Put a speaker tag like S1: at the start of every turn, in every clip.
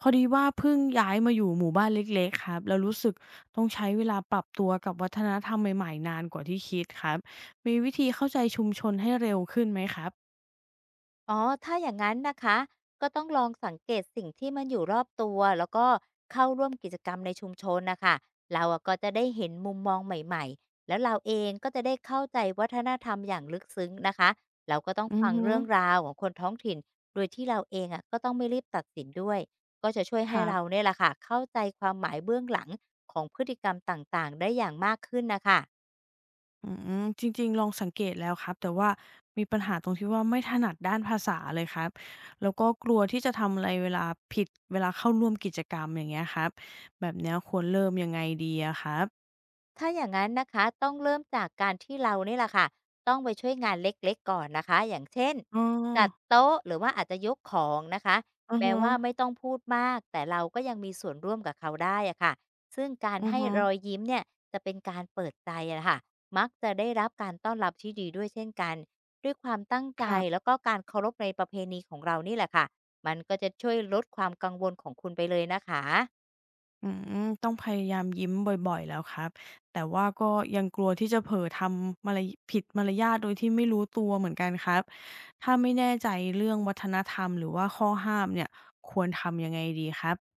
S1: พอดีว่าเพิ่งย้ายมาอยู่หมู่บ้านเล็กๆครับแล้วรู้สึกต้องใช้เวลาปรับตัวกับวัฒนธรรมใหม่ๆนานกว่าที่คิดครับมีวิธีเข้าใจชุมชนให้เร็วขึ้นไหมครับ
S2: อ๋อถ้าอย่างนั้นนะคะ ก็ต้องลองสังเกตสิ่งที่มันอยู่รอบตัว แล้วก็เข้าร่วมกิจกรรมในชุมชนนะคะ เราอะก็จะได้เห็นมุมมองใหม่ๆแล้วเราเองก็จะได้เข้าใจวัฒนธรรมอย่างลึกซึ้งนะคะ เราก็ต้อง
S1: อือ
S2: ฟัง
S1: ฮึ
S2: เรื่องราวของคนท้องถิ่นโดยที่เราเองอะก็ต้องไม่รีบตัดสินด้วย ก็จะช่วย
S1: ค
S2: ให้
S1: รั
S2: เรา
S1: บ
S2: เนี่ยแหละค่ะเข้าใจความหมายเบื้องหลังของพฤติกรรมต่างๆได้อย่างมากขึ้นนะคะ
S1: อืมจริงๆลองสังเกตแล้วครับแต่ว่ามีปัญหาตรงที่ว่าไม่ถนัดด้านภาษาเลยครับแล้วก็กลัวที่จะทำอะไรเวลาผิดเวลาเข้าร่วมกิจกรรมอย่างเงี้ยครับแบบเนี้ยควรเริ่มยังไงดีอะครับ
S2: ถ้าอย่างนั้นนะคะต้องเริ่มจากการที่เรานี่แหละค่ะต้องไปช่วยงานเล็กๆก่อนนะคะอย่างเช่น
S1: อ๋อ
S2: จั
S1: อ
S2: ดโต๊ะหรือว่าอาจจะยกของนะคะ
S1: อ
S2: แม้
S1: ฮะ
S2: ว่าไม่ต้องพูดมากแต่เราก็ยังมีส่วนร่วมกับเขาได้อะค่ะซึ่งการ
S1: อือ
S2: ให้
S1: ฮึ
S2: รอยยิ้มเนี่ยจะเป็นการเปิดใจอะค่ะมักจะได้รับการต้อนรับที่ดีด้วยเช่นกันด้วยความตั้งใจ
S1: ครั
S2: แล้ว
S1: บ
S2: ก็การเคารพในประเพณีของเรานี่แหละค่ะมันก็จะช่วยลดความกังวลของคุณไปเลยนะคะ
S1: อืมต้องพยายามยิ้มบ่อยๆแล้วครับแต่ว่าก็ยังกลัวที่จะเผลอทำมารผิดมารยาทโดยที่ไม่รู้ตัวเหมือนกันครับถ้าไม่แน่ใจเรื่องวัฒนธรรมหรือว่าข้อห้ามเนี่ยควรทำยังไงดีครับ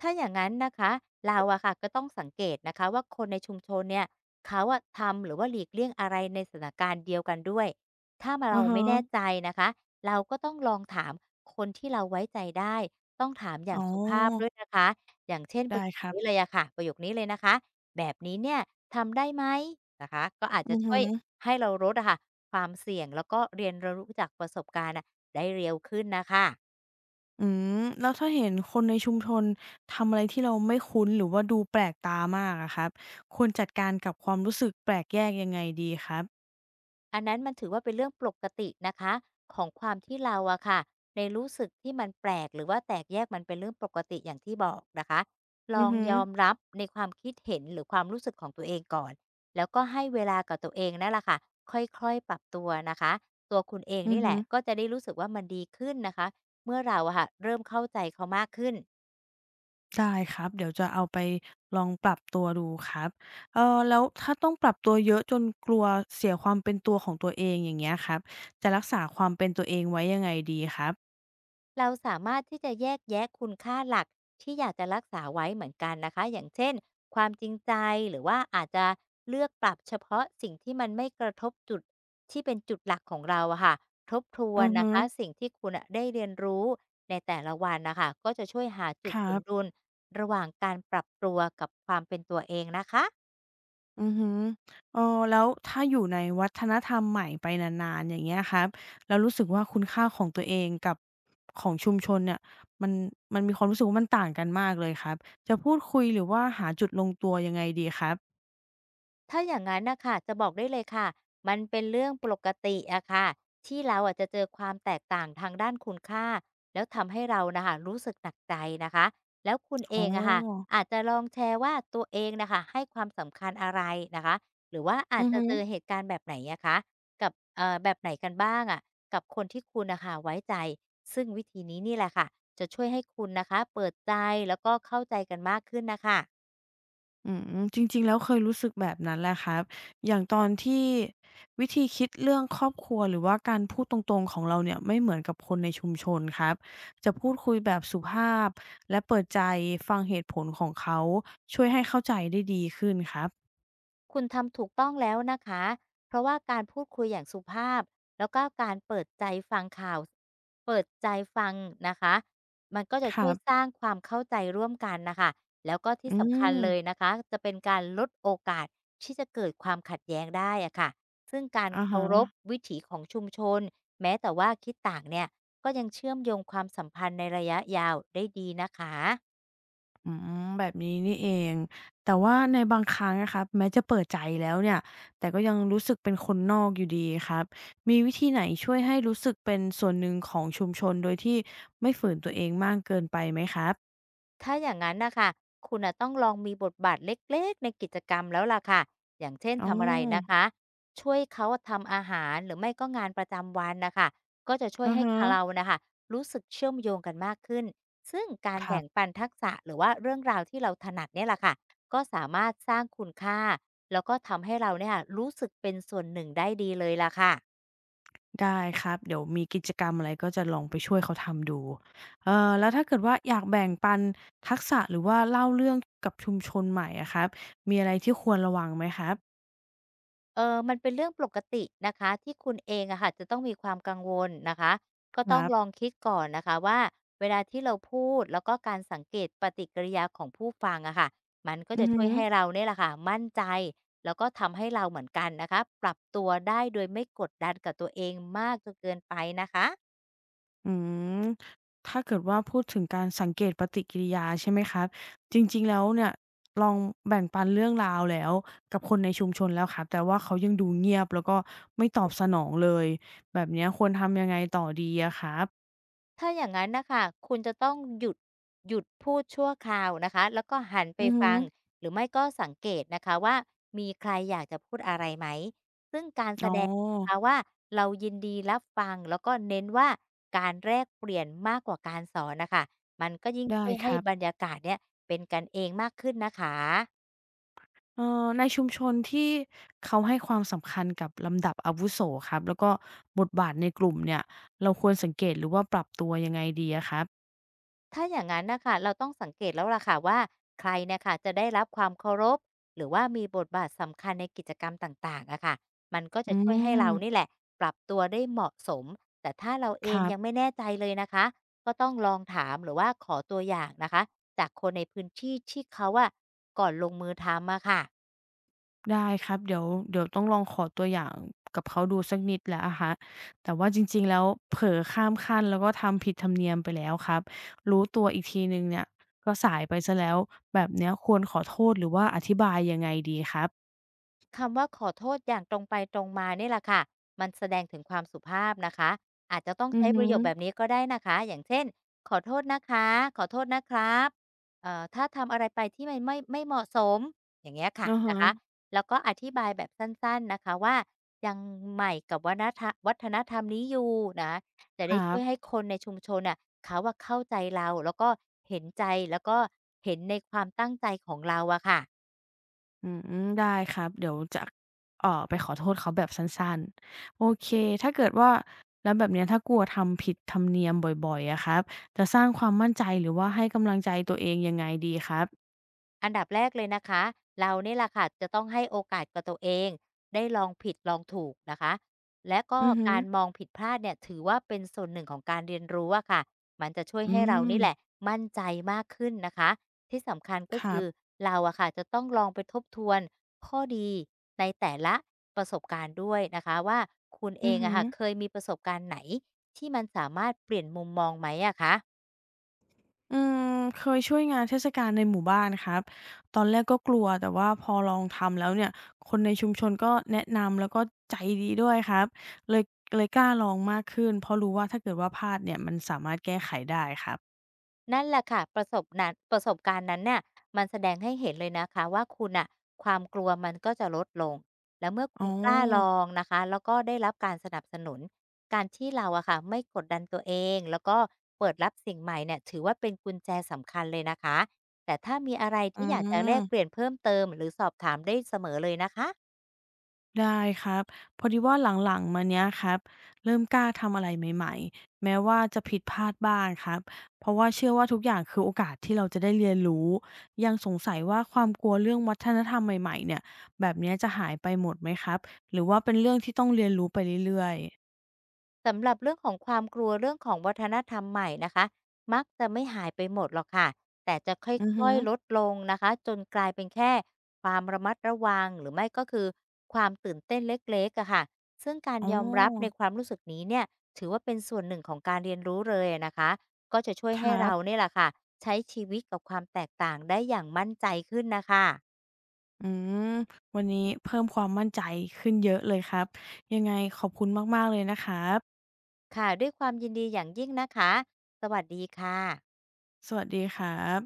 S2: ถ้าอย่างนั้นนะคะเราอะค่ะก็ต้องสังเกตนะคะว่าคนในชุมชนเนี่ยเขาอะทำหรือว่าหลีกเลี่ยงอะไรในสถานการณ์เดียวกันด้วยถ้ามา
S1: อื
S2: เรา
S1: อฮึ
S2: ไม่แน่ใจนะคะเราก็ต้องลองถามคนที่เราไว้ใจได้ต้องถามอย่า
S1: อ๋
S2: ง
S1: อ
S2: สุภาพด้วยนะคะอย่างเช่นประ
S1: ได้
S2: โยค
S1: ครับ
S2: นี้เลยอะค่ะประโยคนี้เลยนะคะแบบนี้เนี่ยทำได้ไหมนะคะก็อาจจะ
S1: อือ
S2: ช่ว
S1: ฮึ
S2: ยให้เราลดอะค่ะความเสี่ยงแล้วก็เรียนรู้จากประสบการณ์อะได้เร็วขึ้นนะคะ
S1: อืมแล้วถ้าเห็นคนในชุมชนทำอะไรที่เราไม่คุ้นหรือว่าดูแปลกตามากอะครับควรจัดการกับความรู้สึกแปลกแยกยังไงดีครับ
S2: อันนั้นมันถือว่าเป็นเรื่องปกตินะคะของความที่เราอะค่ะในรู้สึกที่มันแปลกหรือว่าแตกแยกมันเป็นเรื่องปกติอย่างที่บอกนะคะล
S1: อื
S2: อ
S1: อ
S2: ง
S1: ฮึ
S2: ยอมรับในความคิดเห็นหรือความรู้สึกของตัวเองก่อนแล้วก็ให้เวลากับตัวเองนั่นแหละค่ะค่อยๆปรับตัวนะคะตัวคุณเอง
S1: อือ
S2: นี่แห
S1: ฮึ
S2: ละก็จะได้รู้สึกว่ามันดีขึ้นนะคะเมื่อเราอะค่ะเริ่มเข้าใจเขามากขึ้น
S1: ได้ครับเดี๋ยวจะเอาไปลองปรับตัวดูครับแล้วถ้าต้องปรับตัวเยอะจนกลัวเสียความเป็นตัวของตัวเองอย่างเงี้ยครับจะรักษาความเป็นตัวเองไว้ยังไงดีครับ
S2: เราสามารถที่จะแยกแยะคุณค่าหลักที่อยากจะรักษาไว้เหมือนกันนะคะอย่างเช่นความจริงใจหรือว่าอาจจะเลือกปรับเฉพาะสิ่งที่มันไม่กระทบจุดที่เป็นจุดหลักของเราอะค่ะทบทว
S1: อื
S2: น
S1: อ
S2: นะ
S1: ฮึ
S2: คะสิ่งที่คุณอะได้เรียนรู้ในแต่ละวันนะคะก็จะช่วยหาจุ
S1: ค
S2: ดส
S1: รั
S2: มดุ
S1: บ
S2: ลระหว่างการปรับตัวกับความเป็นตัวเองนะคะ
S1: อือฮึเออแล้วถ้าอยู่ในวัฒนธรรมใหม่ไปนานๆอย่างเงี้ยครับแล้วรู้สึกว่าคุณค่าของตัวเองกับของชุมชนเนี่ยมันมันมีความรู้สึกว่ามันต่างกันมากเลยครับจะพูดคุยหรือว่าหาจุดลงตัวยังไงดีครับ
S2: ถ้าอย่างนั้นนะค่ะจะบอกได้เลยค่ะมันเป็นเรื่องปกติอะค่ะที่เราอะจะเจอความแตกต่างทางด้านคุณค่าแล้วทำให้เรานะคะรู้สึกหนักใจนะคะแล้วคุณเอ
S1: อ๋อ
S2: งอะค่ะอาจจะลองแชร์ว่าตัวเองนะคะให้ความสำคัญอะไรนะคะหรือว่าอาจ
S1: อือ
S2: จะ
S1: ฮึ
S2: เจอเหตุการณ์แบบไหนอะคะกับแบบไหนกันบ้างอะกับคนที่คุณนะคะไว้ใจซึ่งวิธีนี้นี่แหละค่ะจะช่วยให้คุณนะคะเปิดใจแล้วก็เข้าใจกันมากขึ้นนะคะ
S1: อืมจริงๆ แล้วเคยรู้สึกแบบนั้นแหละครับ อย่างตอนที่วิธีคิดเรื่องครอบครัวหรือว่าการพูดตรงๆ ของเราเนี่ยไม่เหมือนกับคนในชุมชนครับ จะพูดคุยแบบสุภาพและเปิดใจฟังเหตุผลของเขาช่วยให้เข้าใจได้ดีขึ้นครับ
S2: คุณทำถูกต้องแล้วนะคะ เพราะว่าการพูดคุยอย่างสุภาพแล้วก็การเปิดใจฟังข่าวเปิดใจฟังนะคะมันก็จะ
S1: ค
S2: ช่
S1: รั
S2: วยส
S1: บ
S2: ร้างความเข้าใจร่วมกันนะคะแล้วก็ที่
S1: อื
S2: สำคัญเลย
S1: ม
S2: นะคะจะเป็นการลดโอกาสที่จะเกิดความขัดแย้งได้อะค่ะซึ่งการ
S1: อะ
S2: เคารพ
S1: ฮะ
S2: วิถีของชุมชนแม้แต่ว่าคิดต่างเนี่ยก็ยังเชื่อมโยงความสัมพันธ์ในระยะยาวได้ดีนะคะ
S1: อืมแบบนี้นี่เองแต่ว่าในบางครั้งอะครับแม้จะเปิดใจแล้วเนี่ยแต่ก็ยังรู้สึกเป็นคนนอกอยู่ดีครับมีวิธีไหนช่วยให้รู้สึกเป็นส่วนหนึ่งของชุมชนโดยที่ไม่ฝืนตัวเองมากเกินไปไหมครับ
S2: ถ้าอย่างนั้นนะคะคุณน่ะต้องลองมีบทบาทเล็กๆในกิจกรรมแล้วล่ะค่ะอย่างเช่น
S1: อ๋อ
S2: ทำอะไรนะคะช่วยเขาทำอาหารหรือไม่ก็งานประจำวันนะคะก็จะช่วย
S1: อือ
S2: ให้
S1: ฮึ
S2: เรานะคะรู้สึกเชื่อมโยงกันมากขึ้น ซึ่งการ
S1: ครั
S2: แบ่ง
S1: บ
S2: ปันทักษะหรือว่าเรื่องราวที่เราถนัดเนี่ยล่ะค่ะก็สามารถสร้างคุณค่า แล้วก็ทำให้เราเนี่ยรู้สึกเป็นส่วนหนึ่งได้ดีเลยล่ะค่ะ
S1: ได้ครับเดี๋ยวมีกิจกรรมอะไรก็จะลองไปช่วยเขาทำดูแล้วถ้าเกิดว่าอยากแบ่งปันทักษะหรือว่าเล่าเรื่องกับชุมชนใหม่อะครับมีอะไรที่ควรระวังไหมครับ
S2: เออมันเป็นเรื่องปกตินะคะที่คุณเองอะค่ะจะต้องมีความกังวลนะคะก็
S1: ค
S2: ต้อง
S1: รั
S2: ลอง
S1: บ
S2: คิดก่อนนะคะว่าเวลาที่เราพูดแล้วก็การสังเกตปฏิกิริยาของผู้ฟังอะค่ะมันก็
S1: อื
S2: จะ
S1: อ
S2: ช่
S1: ฮึ
S2: วยให้เราเนี่ยแหละค่ะมั่นใจแล้วก็ทำให้เราเหมือนกันนะคะปรับตัวได้โดยไม่กดดันกับตัวเองมากจนเกินไปนะคะ
S1: อืมถ้าเกิดว่าพูดถึงการสังเกตปฏิกิริยาใช่ไหมครับจริงๆแล้วเนี่ยลองแบ่งปันเรื่องราวแล้วกับคนในชุมชนแล้วครับแต่ว่าเขายังดูเงียบแล้วก็ไม่ตอบสนองเลยแบบเนี้ยควรทำยังไงต่อดีอะครับ
S2: ถ้าอย่างนั้นนะคะคุณจะต้องหยุดพูดชั่วคราวนะคะแล้วก็หันไป
S1: อือฮึ
S2: ฟังหรือไม่ก็สังเกตนะคะว่ามีใครอยากจะพูดอะไรไหมซึ่งการแส
S1: อ๋
S2: ดงนะคะ
S1: อ
S2: ว่าเรายินดีรับฟังแล้วก็เน้นว่าการแลกเปลี่ยนมากกว่าการสอนน่ะค่ะมันก็ยิ่ง
S1: ได้
S2: ช่วย
S1: ค
S2: ให้
S1: รับ
S2: บรรยากาศเนี่ยเป็นกันเองมากขึ้นนะคะ
S1: เอ่อในชุมชนที่เขาให้ความสำคัญกับลำดับอาวุโสครับแล้วก็บทบาทในกลุ่มเนี่ยเราควรสังเกตหรือว่าปรับตัวยังไงดีอะครับ
S2: ถ้าอย่างนั้นนะคะเราต้องสังเกตแล้วล่ะค่ะว่าใครเนะคะจะได้รับความเคารพหรือว่ามีบทบาทสำคัญในกิจกรรมต่างๆอะค่ะมันก็
S1: อื
S2: จะช่วยให้เรานี่
S1: ม
S2: แหละปรับตัวได้เหมาะสมแต่ถ้าเราเอ
S1: ค
S2: ง
S1: รั
S2: ยัง
S1: บ
S2: ไม่แน่ใจเลยนะคะก็ต้องลองถามหรือว่าขอตัวอย่างนะคะจากคนในพื้นที่ที่เขาอะก่อนลงมือทำอะค่ะ
S1: ได้ครับเดี๋ยวต้องลองขอตัวอย่างกับเขาดูสักนิดแหล้วอะครับแต่ว่าจริงๆแล้วเผลอข้ามขั้นแล้วก็ทำผิดธรรมเนียมไปแล้วครับรู้ตัวอีกทีหนึ่งเนี่ยก็สายไปเสียแล้วแบบเนี้ยควรขอโทษหรือว่าอธิบายยังไงดีครับ
S2: คำว่าขอโทษอย่างตรงไปตรงมาเนี่ยแหละค่ะมันแสดงถึงความสุภาพนะคะอาจจะต้อง
S1: อื
S2: ใช้
S1: อ
S2: ป
S1: ฮึ
S2: ระโยคแบบนี้ก็ได้นะคะอย่างเช่นขอโทษนะคะขอโทษนะครับถ้าทำอะไรไปที่มันไม่เหมาะสมอย่างเงี้ยค่ะ
S1: อะ
S2: นะคะ
S1: ฮะ
S2: แล้วก็อธิบายแบบสั้นๆนะคะว่ายังใหม่กับวัฒนธรรมนี้อยู่นะจะ
S1: ค
S2: ได้
S1: รั
S2: ช่ว
S1: บ
S2: ยให้คนในชุมชนน่ะเขาว่าเข้าใจเราแล้วก็เห็นใจแล้วก็เห็นในความตั้งใจของเราอะค่ะ
S1: อืมได้ครับเดี๋ยวจะไปขอโทษเขาแบบสั้นๆโอเคถ้าเกิดว่าแล้วแบบเนี้ยถ้ากลัวทำผิดธรรมเนียมบ่อยๆอะครับจะสร้างความมั่นใจหรือว่าให้กำลังใจตัวเองยังไงดีครับ
S2: อันดับแรกเลยนะคะเรานี่แหละค่ะจะต้องให้โอกาสกับตัวเองได้ลองผิดลองถูกนะคะและก็
S1: อือฮึ
S2: การมองผิดพลาดเนี่ยถือว่าเป็นส่วนหนึ่งของการเรียนรู้อะค่ะมันจะช่วย
S1: อื
S2: ให้เรา
S1: ม
S2: นี่แหละมั่นใจมากขึ้นนะคะที่สำคัญก็
S1: ครั
S2: คือ
S1: บ
S2: เราอะค่ะจะต้องลองไปทบทวนข้อดีในแต่ละประสบการณ์ด้วยนะคะว่าคุณเอ
S1: อือ
S2: ง
S1: ฮึ
S2: อะค่ะเคยมีประสบการณ์ไหนที่มันสามารถเปลี่ยนมุมมองไหมอะคะ
S1: อืมเคยช่วยงานเทศกาลในหมู่บ้านครับ ตอนแรกก็กลัวแต่ว่าพอลองทำแล้วเนี่ย คนในชุมชนก็แนะนำแล้วก็ใจดีด้วยครับ เลยเลยกล้าลองมากขึ้นเพราะรู้ว่าถ้าเกิดว่าพลาดเนี่ยมันสามารถแก้ไขได้ครับ
S2: นั่นแหละค่ะประสบการณ์นั้นเนี่ยมันแสดงให้เห็นเลยนะคะว่าคุณอะความกลัวมันก็จะลดลงแล้วเมื่อคุ
S1: อ๋
S2: ณ
S1: อ
S2: กล้าลองนะคะแล้วก็ได้รับการสนับสนุนการที่เราอะค่ะไม่กดดันตัวเองแล้วก็เปิดรับสิ่งใหม่เนี่ยถือว่าเป็นกุญแจสำคัญเลยนะคะแต่ถ้ามีอะไร
S1: อื
S2: ที่อยากจะแลกเป
S1: ม
S2: ลี่ยนเพิ่มเติมหรือสอบถามได้เสมอเลยนะคะ
S1: ได้ครับพอดีว่าหลังๆมาเนี้ยครับเริ่มกล้าทำอะไรใหม่ๆแม้ว่าจะผิดพลาดบ้างครับเพราะว่าเชื่อว่าทุกอย่างคือโอกาสที่เราจะได้เรียนรู้ยังสงสัยว่าความกลัวเรื่องวัฒนธรรมใหม่ๆเนี่ยแบบเนี้ยจะหายไปหมดไหมครับหรือว่าเป็นเรื่องที่ต้องเรียนรู้ไปเรื่อยๆ
S2: สำหรับเรื่องของความกลัวเรื่องของวัฒนธรรมใหม่นะคะมักจะไม่หายไปหมดหรอกค่ะแต่จะ
S1: อือฮึ
S2: ค่อยๆลด
S1: อ
S2: ลงนะคะจนกลายเป็นแค่ความระมัดระวังหรือไม่ก็คือความตื่นเต้นเล็กๆอะค่ะซึ่งการ
S1: อ๋อ
S2: ยอมรับในความรู้สึกนี้เนี่ยถือว่าเป็นส่วนหนึ่งของการเรียนรู้เลยนะคะก็จะช่วย
S1: ค
S2: ให้
S1: รั
S2: เรา
S1: บ
S2: เนี่ยแหละค่ะใช้ชีวิตกับความแตกต่างได้อย่างมั่นใจขึ้นนะคะ
S1: อืมวันนี้เพิ่มความมั่นใจขึ้นเยอะเลยครับยังไงขอบคุณมากๆเลยนะครับ
S2: ค่ะด้วยความยินดีอย่างยิ่งนะคะสวัสดีค่ะ
S1: สวัสดีครับ